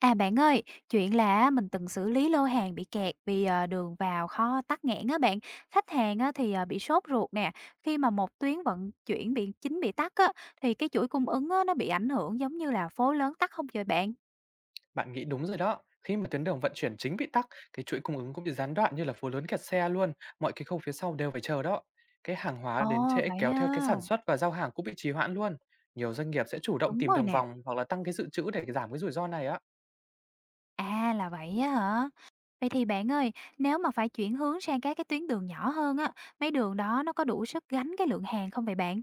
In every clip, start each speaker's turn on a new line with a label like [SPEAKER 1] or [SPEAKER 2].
[SPEAKER 1] À, bạn ơi, chuyện là mình từng xử lý lô hàng bị kẹt vì, đường vào kho tắc nghẽn á bạn. Khách hàng á thì, bị sốt ruột nè, khi mà một tuyến vận chuyển bị chính bị tắc á, thì cái chuỗi cung ứng á nó bị ảnh hưởng giống như là phố lớn tắc không vậy bạn?
[SPEAKER 2] Bạn nghĩ đúng rồi đó. Khi mà tuyến đường vận chuyển chính bị tắc, cái chuỗi cung ứng cũng bị gián đoạn như là phố lớn kẹt xe luôn, mọi cái khâu phía sau đều phải chờ đó. Cái hàng hóa đến
[SPEAKER 1] Ồ,
[SPEAKER 2] trễ
[SPEAKER 1] vậy
[SPEAKER 2] kéo theo cái
[SPEAKER 1] ha,
[SPEAKER 2] sản xuất và giao hàng cũng bị trì hoãn luôn. Nhiều doanh nghiệp sẽ chủ động
[SPEAKER 1] đúng
[SPEAKER 2] tìm
[SPEAKER 1] rồi
[SPEAKER 2] đường
[SPEAKER 1] nè.
[SPEAKER 2] vòng hoặc là tăng cái dự trữ để giảm cái rủi ro này á.
[SPEAKER 1] À, là vậy á hả? Vậy thì bạn ơi, nếu mà phải chuyển hướng sang các cái tuyến đường nhỏ hơn á, mấy đường đó nó có đủ sức gánh cái lượng hàng không vậy bạn?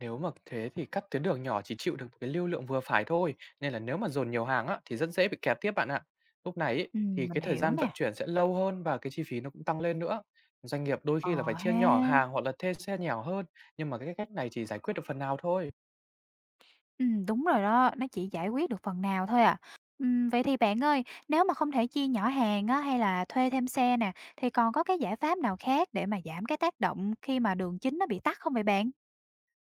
[SPEAKER 2] Nếu mà thế thì các tuyến đường nhỏ chỉ chịu được một cái lưu lượng vừa phải thôi, nên là nếu mà dồn nhiều hàng á, thì rất dễ bị kẹt tiếp bạn ạ. Lúc này ý, thì
[SPEAKER 1] Mình
[SPEAKER 2] cái thời
[SPEAKER 1] hiểu
[SPEAKER 2] gian vận
[SPEAKER 1] nè.
[SPEAKER 2] chuyển sẽ lâu hơn và cái chi phí nó cũng tăng lên nữa. Doanh nghiệp đôi
[SPEAKER 1] Ờ
[SPEAKER 2] khi là phải chia
[SPEAKER 1] ha.
[SPEAKER 2] nhỏ hàng hoặc là thuê xe nhỏ hơn, nhưng mà cái cách này chỉ giải quyết được phần nào thôi.
[SPEAKER 1] Đúng rồi đó, nó chỉ giải quyết được phần nào thôi à. Vậy thì bạn ơi, nếu mà không thể chia nhỏ hàng á, hay là thuê thêm xe nè, thì còn có cái giải pháp nào khác để mà giảm cái tác động khi mà đường chính nó bị tắc không vậy bạn?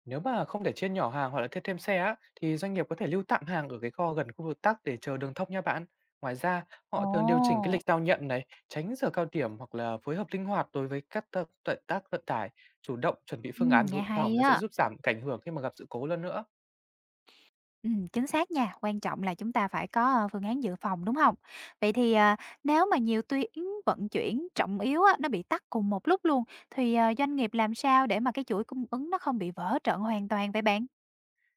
[SPEAKER 2] Nếu mà không thể chia nhỏ hàng hoặc là thêm thêm xe á, thì doanh nghiệp có thể lưu tạm hàng ở cái kho gần khu vực tắc để chờ đường thông nha bạn. Ngoài ra,
[SPEAKER 1] Ồ,
[SPEAKER 2] họ thường điều chỉnh cái lịch giao nhận này, tránh giờ cao điểm hoặc là phối hợp linh hoạt đối với các tận tác vận tải, chủ động chuẩn bị phương án
[SPEAKER 1] nghe
[SPEAKER 2] dự phòng
[SPEAKER 1] hay
[SPEAKER 2] nó sẽ
[SPEAKER 1] á.
[SPEAKER 2] giúp giảm cái ảnh hưởng khi mà gặp sự cố lần nữa.
[SPEAKER 1] Chính xác nha, quan trọng là chúng ta phải có phương án dự phòng đúng không? Vậy thì nếu mà nhiều tuyến vận chuyển trọng yếu á, nó bị tắc cùng một lúc luôn, thì doanh nghiệp làm sao để mà cái chuỗi cung ứng nó không bị vỡ trận hoàn toàn vậy bạn?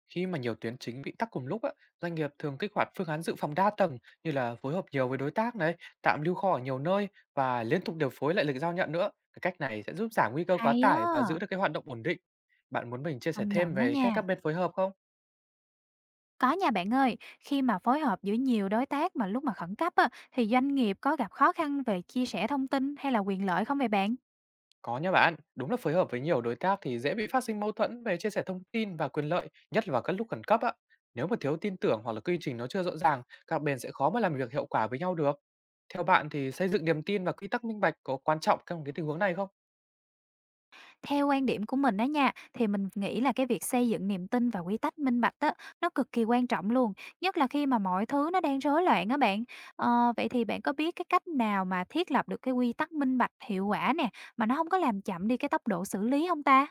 [SPEAKER 2] Khi mà nhiều tuyến chính bị tắc cùng lúc á, doanh nghiệp thường kích hoạt phương án dự phòng đa tầng như là phối hợp nhiều với đối tác này, tạm lưu kho ở nhiều nơi và liên tục điều phối lại lịch giao nhận nữa. Cái cách này sẽ giúp giảm nguy cơ quá
[SPEAKER 1] Hay
[SPEAKER 2] tải và
[SPEAKER 1] á.
[SPEAKER 2] giữ được cái hoạt động ổn định. Bạn muốn mình chia sẻ
[SPEAKER 1] Công
[SPEAKER 2] thêm
[SPEAKER 1] nhận đó
[SPEAKER 2] về cách
[SPEAKER 1] nha.
[SPEAKER 2] các bên phối hợp không?
[SPEAKER 1] Có nha bạn ơi, khi mà phối hợp giữa nhiều đối tác mà lúc mà khẩn cấp á, thì doanh nghiệp có gặp khó khăn về chia sẻ thông tin hay là quyền lợi không vậy bạn?
[SPEAKER 2] Có nha bạn, đúng là phối hợp với nhiều đối tác thì dễ bị phát sinh mâu thuẫn về chia sẻ thông tin và quyền lợi, nhất là vào các lúc khẩn cấp á. Nếu mà thiếu tin tưởng hoặc là quy trình nó chưa rõ ràng, các bên sẽ khó mà làm việc hiệu quả với nhau được. Theo bạn thì xây dựng niềm tin và quy tắc minh bạch có quan trọng trong cái tình huống này không?
[SPEAKER 1] Theo quan điểm của mình đó nha, thì mình nghĩ là cái việc xây dựng niềm tin và quy tắc minh bạch á, nó cực kỳ quan trọng luôn, nhất là khi mà mọi thứ nó đang rối loạn á bạn. Ờ, vậy thì bạn có biết cái cách nào mà thiết lập được cái quy tắc minh bạch hiệu quả nè, mà nó không có làm chậm đi cái tốc độ xử lý không ta?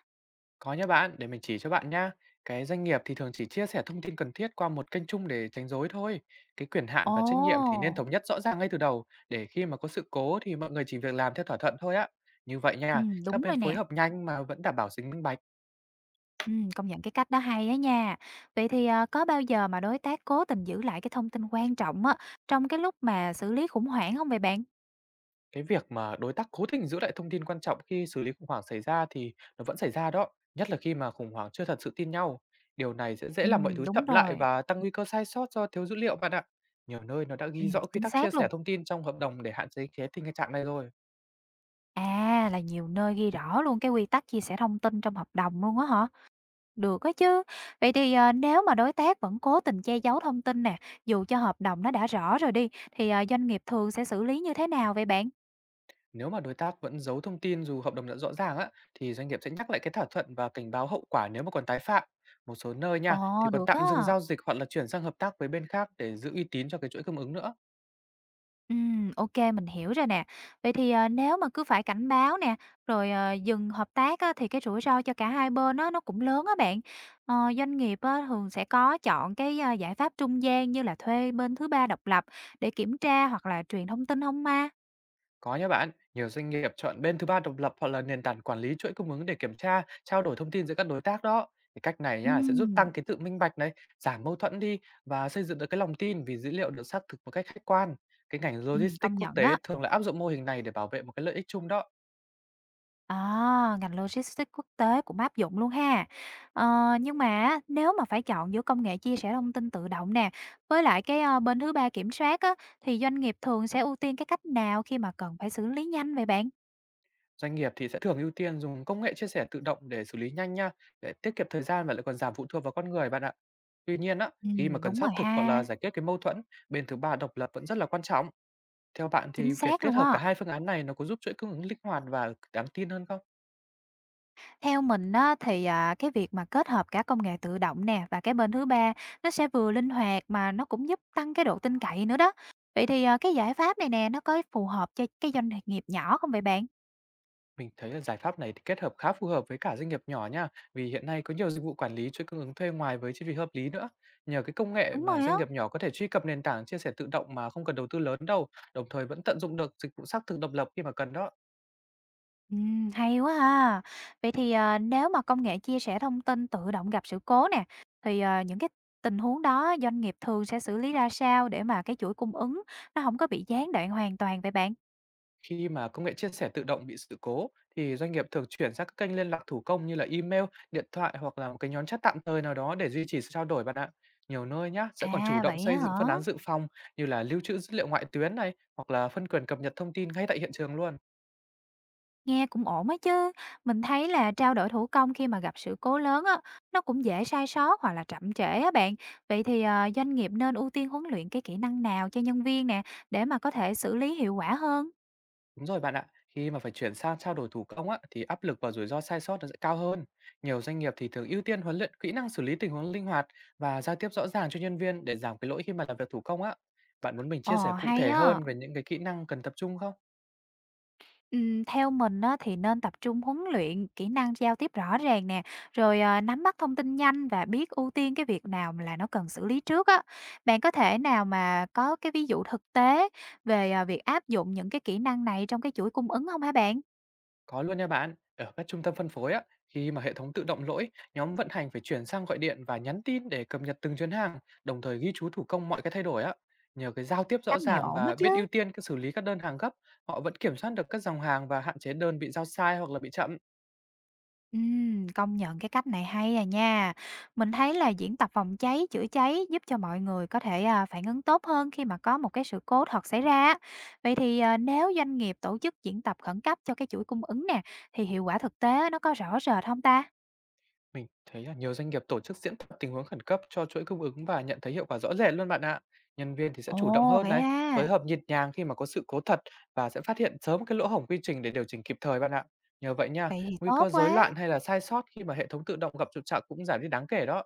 [SPEAKER 2] Có nha bạn, để mình chỉ cho bạn nhá. Cái doanh nghiệp thì thường chỉ chia sẻ thông tin cần thiết qua một kênh chung để tránh rối thôi. Cái quyền hạn
[SPEAKER 1] Ồ,
[SPEAKER 2] và trách nhiệm thì nên thống nhất rõ ràng ngay từ đầu để khi mà có sự cố thì mọi người chỉ việc làm theo thỏa thuận thôi á. Như vậy
[SPEAKER 1] ừ,
[SPEAKER 2] nha, các
[SPEAKER 1] đúng
[SPEAKER 2] bên
[SPEAKER 1] rồi
[SPEAKER 2] phối
[SPEAKER 1] nè.
[SPEAKER 2] hợp nhanh mà vẫn đảm bảo tính minh bạch.
[SPEAKER 1] Công nhận cái cách đó hay á nha. Vậy thì, có bao giờ mà đối tác cố tình giữ lại cái thông tin quan trọng á, trong cái lúc mà xử lý khủng hoảng không vậy bạn?
[SPEAKER 2] Cái việc mà đối tác cố tình giữ lại thông tin quan trọng khi xử lý khủng hoảng xảy ra thì nó vẫn xảy ra đó, nhất là khi mà khủng hoảng chưa thật sự tin nhau. Điều này sẽ dễ làm mọi thứ chậm
[SPEAKER 1] Đúng
[SPEAKER 2] lại
[SPEAKER 1] rồi,
[SPEAKER 2] và tăng nguy cơ sai sót do thiếu dữ liệu bạn ạ. Nhiều nơi nó đã ghi rõ quy
[SPEAKER 1] chính
[SPEAKER 2] tắc chia
[SPEAKER 1] xác
[SPEAKER 2] sẻ
[SPEAKER 1] luôn.
[SPEAKER 2] thông tin trong hợp đồng để hạn chế cái tình trạng này rồi.
[SPEAKER 1] À, là nhiều nơi ghi rõ luôn cái quy tắc chia sẻ thông tin trong hợp đồng luôn á hả? Được á chứ. Vậy thì, nếu mà đối tác vẫn cố tình che giấu thông tin nè, dù cho hợp đồng nó đã rõ rồi đi, thì, doanh nghiệp thường sẽ xử lý như thế nào vậy bạn?
[SPEAKER 2] Nếu mà đối tác vẫn giấu thông tin dù hợp đồng đã rõ ràng á, thì doanh nghiệp sẽ nhắc lại cái thỏa thuận và cảnh báo hậu quả nếu mà còn tái phạm. Một số nơi nha,
[SPEAKER 1] Ồ,
[SPEAKER 2] thì còn
[SPEAKER 1] được
[SPEAKER 2] tạm dừng
[SPEAKER 1] á.
[SPEAKER 2] giao dịch hoặc là chuyển sang hợp tác với bên khác để giữ uy tín cho cái chuỗi cung ứng nữa.
[SPEAKER 1] Ok mình hiểu rồi nè. Vậy thì, nếu mà cứ phải cảnh báo nè, rồi, dừng hợp tác á, thì cái rủi ro cho cả hai bên á, nó cũng lớn á bạn. Ờ, doanh nghiệp á, thường sẽ có chọn cái, giải pháp trung gian như là thuê bên thứ ba độc lập để kiểm tra hoặc là truyền thông tin hông ma.
[SPEAKER 2] Có nha bạn, nhiều doanh nghiệp chọn bên thứ ba độc lập hoặc là nền tảng quản lý chuỗi cung ứng để kiểm tra, trao đổi thông tin giữa các đối tác đó. Thì cách này nha sẽ giúp
[SPEAKER 1] Ừm,
[SPEAKER 2] tăng cái tự minh bạch này, giảm mâu thuẫn đi và xây dựng được cái lòng tin vì dữ liệu được xác thực một cách khách quan. Cái ngành
[SPEAKER 1] công
[SPEAKER 2] logistics quốc
[SPEAKER 1] nhận
[SPEAKER 2] tế
[SPEAKER 1] á.
[SPEAKER 2] thường là áp dụng mô hình này để bảo vệ một cái lợi ích chung đó.
[SPEAKER 1] À, ngành logistics quốc tế cũng áp dụng luôn ha. Ờ, nhưng mà á, nếu mà phải chọn giữa công nghệ chia sẻ thông tin tự động nè, với lại cái bên thứ ba kiểm soát á, thì doanh nghiệp thường sẽ ưu tiên cái cách nào khi mà cần phải xử lý nhanh vậy bạn?
[SPEAKER 2] Doanh nghiệp thì sẽ thường ưu tiên dùng công nghệ chia sẻ tự động để xử lý nhanh nha, để tiết kiệm thời gian và lại còn giảm phụ thuộc vào con người bạn ạ. Tuy nhiên á,
[SPEAKER 1] Ừ,
[SPEAKER 2] khi mà cần
[SPEAKER 1] đúng rồi
[SPEAKER 2] xác thực hoặc là
[SPEAKER 1] ha,
[SPEAKER 2] giải quyết cái mâu thuẫn, bên thứ ba độc lập vẫn rất là quan trọng. Theo bạn thì
[SPEAKER 1] chính
[SPEAKER 2] việc
[SPEAKER 1] xác
[SPEAKER 2] kết
[SPEAKER 1] luôn
[SPEAKER 2] hợp
[SPEAKER 1] á.
[SPEAKER 2] cả hai phương án này nó có giúp chuỗi cung ứng linh hoạt và đáng tin hơn không?
[SPEAKER 1] Theo mình á, thì cái việc mà kết hợp cả công nghệ tự động nè và cái bên thứ ba nó sẽ vừa linh hoạt mà nó cũng giúp tăng cái độ tin cậy nữa đó. Vậy thì à, cái giải pháp này nè nó có phù hợp cho cái doanh nghiệp nhỏ không vậy bạn?
[SPEAKER 2] Mình thấy là giải pháp này thì kết hợp khá phù hợp với cả doanh nghiệp nhỏ nha, vì hiện nay có nhiều dịch vụ quản lý chuỗi cung ứng thuê ngoài với chi phí hợp lý nữa. Nhờ cái công nghệ
[SPEAKER 1] Đúng
[SPEAKER 2] mà
[SPEAKER 1] rồi
[SPEAKER 2] doanh
[SPEAKER 1] á.
[SPEAKER 2] nghiệp nhỏ có thể truy cập nền tảng chia sẻ tự động mà không cần đầu tư lớn đâu, đồng thời vẫn tận dụng được dịch vụ xác thực độc lập khi mà cần đó.
[SPEAKER 1] Hay quá ha. Vậy thì, nếu mà công nghệ chia sẻ thông tin tự động gặp sự cố nè, thì, những cái tình huống đó doanh nghiệp thường sẽ xử lý ra sao để mà cái chuỗi cung ứng nó không có bị gián đoạn hoàn toàn vậy bạn?
[SPEAKER 2] Khi mà công nghệ chia sẻ tự động bị sự cố thì doanh nghiệp thường chuyển sang các kênh liên lạc thủ công như là email, điện thoại hoặc là một cái nhóm chat tạm thời nào đó để duy trì sự trao đổi bạn ạ. Nhiều nơi nhá sẽ còn chủ
[SPEAKER 1] À,
[SPEAKER 2] động
[SPEAKER 1] vậy á
[SPEAKER 2] xây dựng
[SPEAKER 1] hả?
[SPEAKER 2] phương án dự phòng như là lưu trữ dữ liệu ngoại tuyến này hoặc là phân quyền cập nhật thông tin ngay tại hiện trường luôn.
[SPEAKER 1] Nghe cũng ổn á chứ. Mình thấy là trao đổi thủ công khi mà gặp sự cố lớn á, nó cũng dễ sai sót hoặc là chậm trễ á bạn. Vậy thì, doanh nghiệp nên ưu tiên huấn luyện cái kỹ năng nào cho nhân viên nè, để mà có thể xử lý hiệu quả hơn?
[SPEAKER 2] Đúng rồi bạn ạ, khi mà phải chuyển sang trao đổi thủ công á, thì áp lực và rủi ro sai sót nó sẽ cao hơn. Nhiều doanh nghiệp thì thường ưu tiên huấn luyện kỹ năng xử lý tình huống linh hoạt và giao tiếp rõ ràng cho nhân viên để giảm cái lỗi khi mà làm việc thủ công á. Bạn muốn mình chia
[SPEAKER 1] Ồ,
[SPEAKER 2] sẻ cụ
[SPEAKER 1] hay
[SPEAKER 2] thể
[SPEAKER 1] á.
[SPEAKER 2] hơn về những cái kỹ năng cần tập trung không?
[SPEAKER 1] Theo mình á, thì nên tập trung huấn luyện kỹ năng giao tiếp rõ ràng nè, rồi, nắm bắt thông tin nhanh và biết ưu tiên cái việc nào mà là nó cần xử lý trước á. Bạn có thể nào mà có cái ví dụ thực tế về, à, việc áp dụng những cái kỹ năng này trong cái chuỗi cung ứng không, hả bạn?
[SPEAKER 2] Có luôn nha bạn. Ở các trung tâm phân phối á, khi mà hệ thống tự động lỗi, nhóm vận hành phải chuyển sang gọi điện và nhắn tin để cập nhật từng chuyến hàng, đồng thời ghi chú thủ công mọi cái thay đổi á. Nhờ cái giao tiếp rõ
[SPEAKER 1] Cách này
[SPEAKER 2] ràng
[SPEAKER 1] ổn á
[SPEAKER 2] và
[SPEAKER 1] chứ.
[SPEAKER 2] biết ưu tiên cái xử lý các đơn hàng gấp, họ vẫn kiểm soát được các dòng hàng và hạn chế đơn bị giao sai hoặc là bị chậm.
[SPEAKER 1] Công nhận cái cách này hay à nha. Mình thấy là diễn tập phòng cháy, chữa cháy giúp cho mọi người có thể, à, phản ứng tốt hơn khi mà có một cái sự cố thật xảy ra. Vậy thì, à, nếu doanh nghiệp tổ chức diễn tập khẩn cấp cho cái chuỗi cung ứng nè, thì hiệu quả thực tế nó có rõ rệt không ta?
[SPEAKER 2] Mình thấy là nhiều doanh nghiệp tổ chức diễn tập tình huống khẩn cấp cho chuỗi cung ứng và nhận thấy hiệu quả rõ rệt luôn bạn ạ. Nhân viên thì sẽ chủ động
[SPEAKER 1] Ồ,
[SPEAKER 2] hơn
[SPEAKER 1] vậy
[SPEAKER 2] này,
[SPEAKER 1] ha,
[SPEAKER 2] phối hợp nhịp nhàng khi mà có sự cố thật và sẽ phát hiện sớm cái lỗ hổng quy trình để điều chỉnh kịp thời bạn ạ. Nhờ vậy nha,
[SPEAKER 1] vậy thì
[SPEAKER 2] nguy
[SPEAKER 1] tốt
[SPEAKER 2] cơ rối
[SPEAKER 1] quá.
[SPEAKER 2] loạn hay là sai sót khi mà hệ thống tự động gặp trục trặc cũng giảm đi đáng kể đó.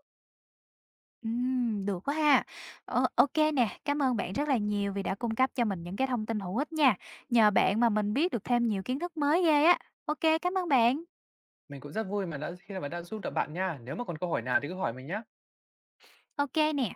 [SPEAKER 1] Được quá ha. Ờ, ô nè, cảm ơn bạn rất là nhiều vì đã cung cấp cho mình những cái thông tin hữu ích nha. Nhờ bạn mà mình biết được thêm nhiều kiến thức mới ghê á. Ok, cảm ơn bạn.
[SPEAKER 2] Mình cũng rất vui mà khi mà đã giúp được bạn nha. Nếu mà còn câu hỏi nào thì cứ hỏi mình nhá.
[SPEAKER 1] Ok nè.